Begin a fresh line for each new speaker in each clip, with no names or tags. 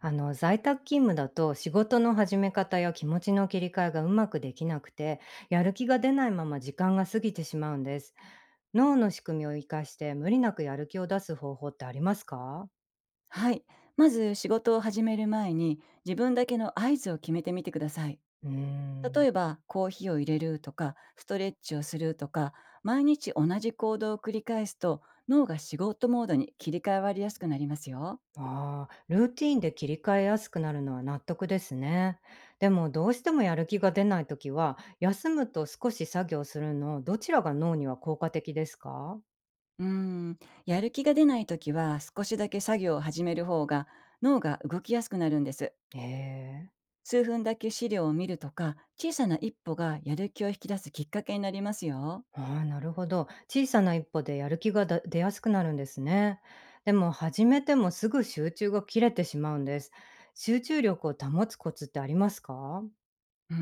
在宅勤務だと仕事の始め方や気持ちの切り替えがうまくできなくて、やる気が出ないまま時間が過ぎてしまうんです。脳の仕組みを生かして無理なくやる気を出す方法ってありますか？
はい。まず仕事を始める前に、自分だけの合図を決めてみてください。
うーん。
例えば、コーヒーを入れるとか、ストレッチをするとか、毎日同じ行動を繰り返すと、脳が仕事モードに切り替わりやすくなりますよ。
あールーティーンで切り替えやすくなるのは納得ですね。でもどうしてもやる気が出ないときは、休むと少し作業するのどちらが脳には効果的ですか？
うーんやる気が出ない時は、少しだけ作業を始める方が脳が動きやすくなるんです。
ええ。
数分だけ資料を見るとか、小さな一歩がやる気を引き出すきっかけになりますよ。
ああ、なるほど。小さな一歩でやる気が出やすくなるんですね。でも始めてもすぐ集中が切れてしまうんです。集中力を保つコツってありますか？
うー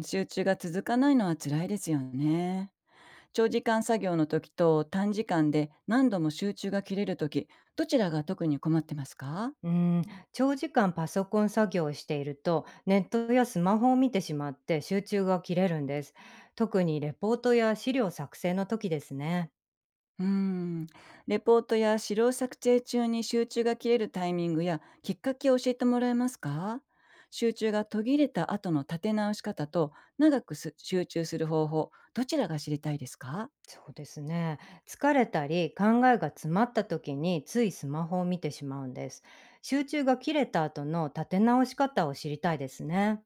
ん集中が続かないのは辛いですよね。長時間作業の時と、短時間で何度も集中が切れる時、どちらが特に困ってますか？
うーん、長時間パソコン作業をしていると、ネットやスマホを見てしまって集中が切れるんです。特にレポートや資料作成の時ですね。
うーん。レポートや資料作成中に集中が切れるタイミングやきっかけを教えてもらえますか？集中が途切れた後の立て直し方と、長くす集中する方法、どちらが知りたいですか？
そうですね。疲れたり考えが詰まった時についスマホを見てしまうんです。集中が切れた後の立て直し方を知りたいですね。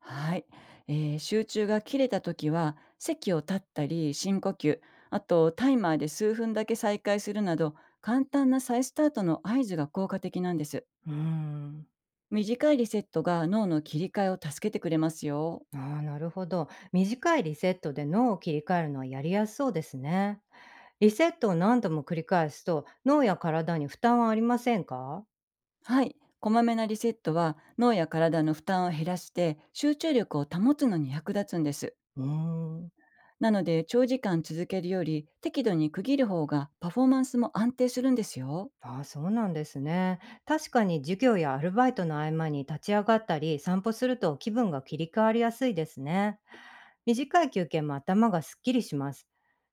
はい、集中が切れた時は、席を立ったり、深呼吸、あとタイマーで数分だけ再開するなど、簡単な再スタートの合図が効果的なんです。
うーん。
短いリセットが脳の切り替えを助けてくれますよ。
ああ、なるほど。短いリセットで脳を切り替えるのはやりやすそうですね。リセットを何度も繰り返すと脳や体に負担はありませんか？
はい、こまめなリセットは脳や体の負担を減らして、集中力を保つのに役立つんです。
うーん。
なので、長時間続けるより適度に区切る方がパフォーマンスも安定するんですよ。
ああ、そうなんですね。確かに授業やアルバイトの合間に立ち上がったり散歩すると気分が切り替わりやすいですね。短い休憩も頭がすっきりします。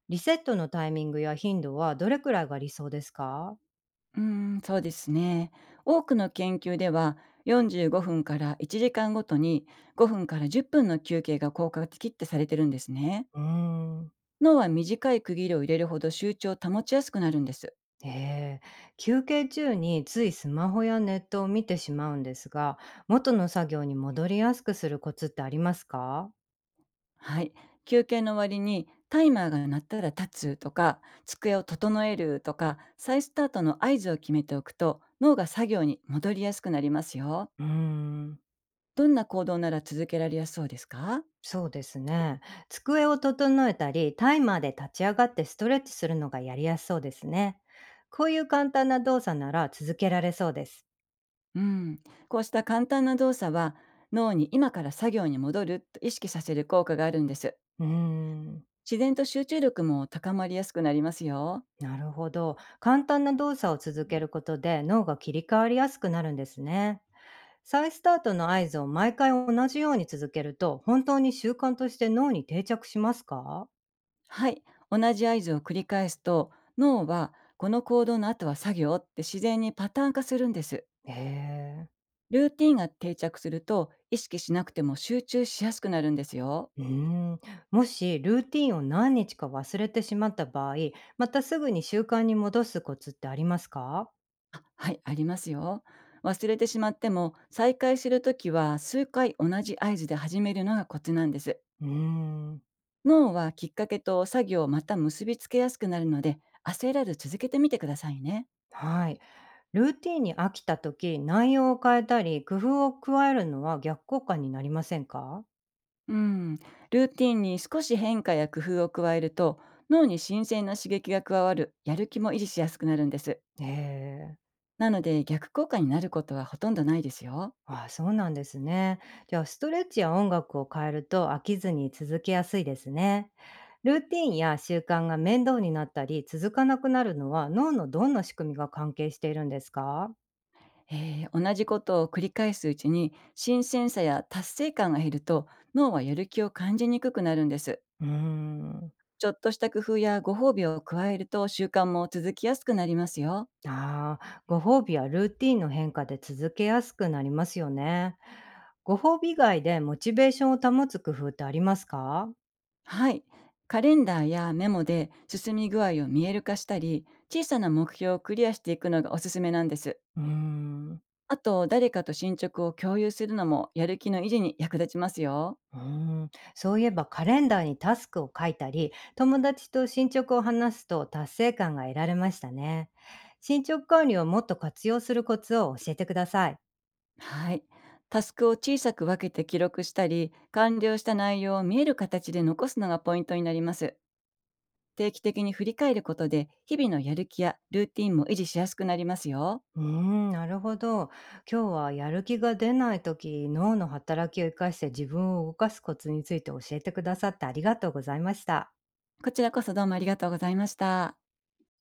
リセットのタイミングや頻度はどれくらいが理想ですか？
うーん、そうですね。多くの研究では、45分から1時間ごとに5分から10分の休憩が効果的ってされてるんですね。
うーん。
脳は短い区切りを入れるほど集中を保ちやすくなるんです。
ええ、休憩中についスマホやネットを見てしまうんですが、元の作業に戻りやすくするコツってありますか？
はい。休憩の割にタイマーが鳴ったら立つとか、机を整えるとか、再スタートの合図を決めておくと、脳が作業に戻りやすくなりますよ。
うーん。
どんな行動なら続けられやすそうですか？
そうですね。机を整えたり、タイマーで立ち上がってストレッチするのがやりやすそうですね。こういう簡単な動作なら続けられそうです。
うん、こうした簡単な動作は脳に今から作業に戻ると意識させる効果があるんです。
うーん、
自然と集中力も高まりやすくなりますよ。
なるほど。簡単な動作を続けることで脳が切り替わりやすくなるんですね。再スタートの合図を毎回同じように続けると、本当に習慣として脳に定着しますか？
はい、同じ合図を繰り返すと、脳はこの行動の後は作業って自然にパターン化するんです。
へえ。
ルーティンが定着すると、意識しなくても集中しやすくなるんですよ。
うーん、もしルーティンを何日か忘れてしまった場合、またすぐに習慣に戻すコツってありますか？
あはい、ありますよ。忘れてしまっても、再開するときは数回同じ合図で始めるのがコツなんです。
うーん、
脳はきっかけと作業をまた結びつけやすくなるので、焦らず続けてみてくださいね。
はい。ルーティンに飽きた時、内容を変えたり、工夫を加えるのは逆効果になりませんか？
うん。ルーティンに少し変化や工夫を加えると、脳に新鮮な刺激が加わる、やる気も維持しやすくなるんです。
ええ。
なので、逆効果になることはほとんどないですよ。
ああ、そうなんですね。じゃあ、ストレッチや音楽を変えると飽きずに続けやすいですね。ルーティンや習慣が面倒になったり続かなくなるのは脳のどんな仕組みが関係しているんですか？
同じことを繰り返すうちに新鮮さや達成感が減ると、脳はやる気を感じにくくなるんです。
うーん。
ちょっとした工夫やご褒美を加えると、習慣も続きやすくなりますよ。
ああ、ご褒美やルーティンの変化で続けやすくなりますよね。ご褒美以外でモチベーションを保つ工夫ってありますか？
はい。カレンダーやメモで進み具合を見える化したり、小さな目標をクリアしていくのがおすすめなんです。
うーん。
あと、誰かと進捗を共有するのもやる気の維持に役立ちますよ。
うーん。そういえばカレンダーにタスクを書いたり、友達と進捗を話すと達成感が得られましたね。進捗管理をもっと活用するコツを教えてください。
はい。タスクを小さく分けて記録したり、完了した内容を見える形で残すのがポイントになります。定期的に振り返ることで、日々のやる気やルーティンも維持しやすくなりますよ。
うーん、なるほど。今日はやる気が出ない時、脳の働きを生かして自分を動かすコツについて教えてくださってありがとうございました。
こちらこそ、どうもありがとうございました。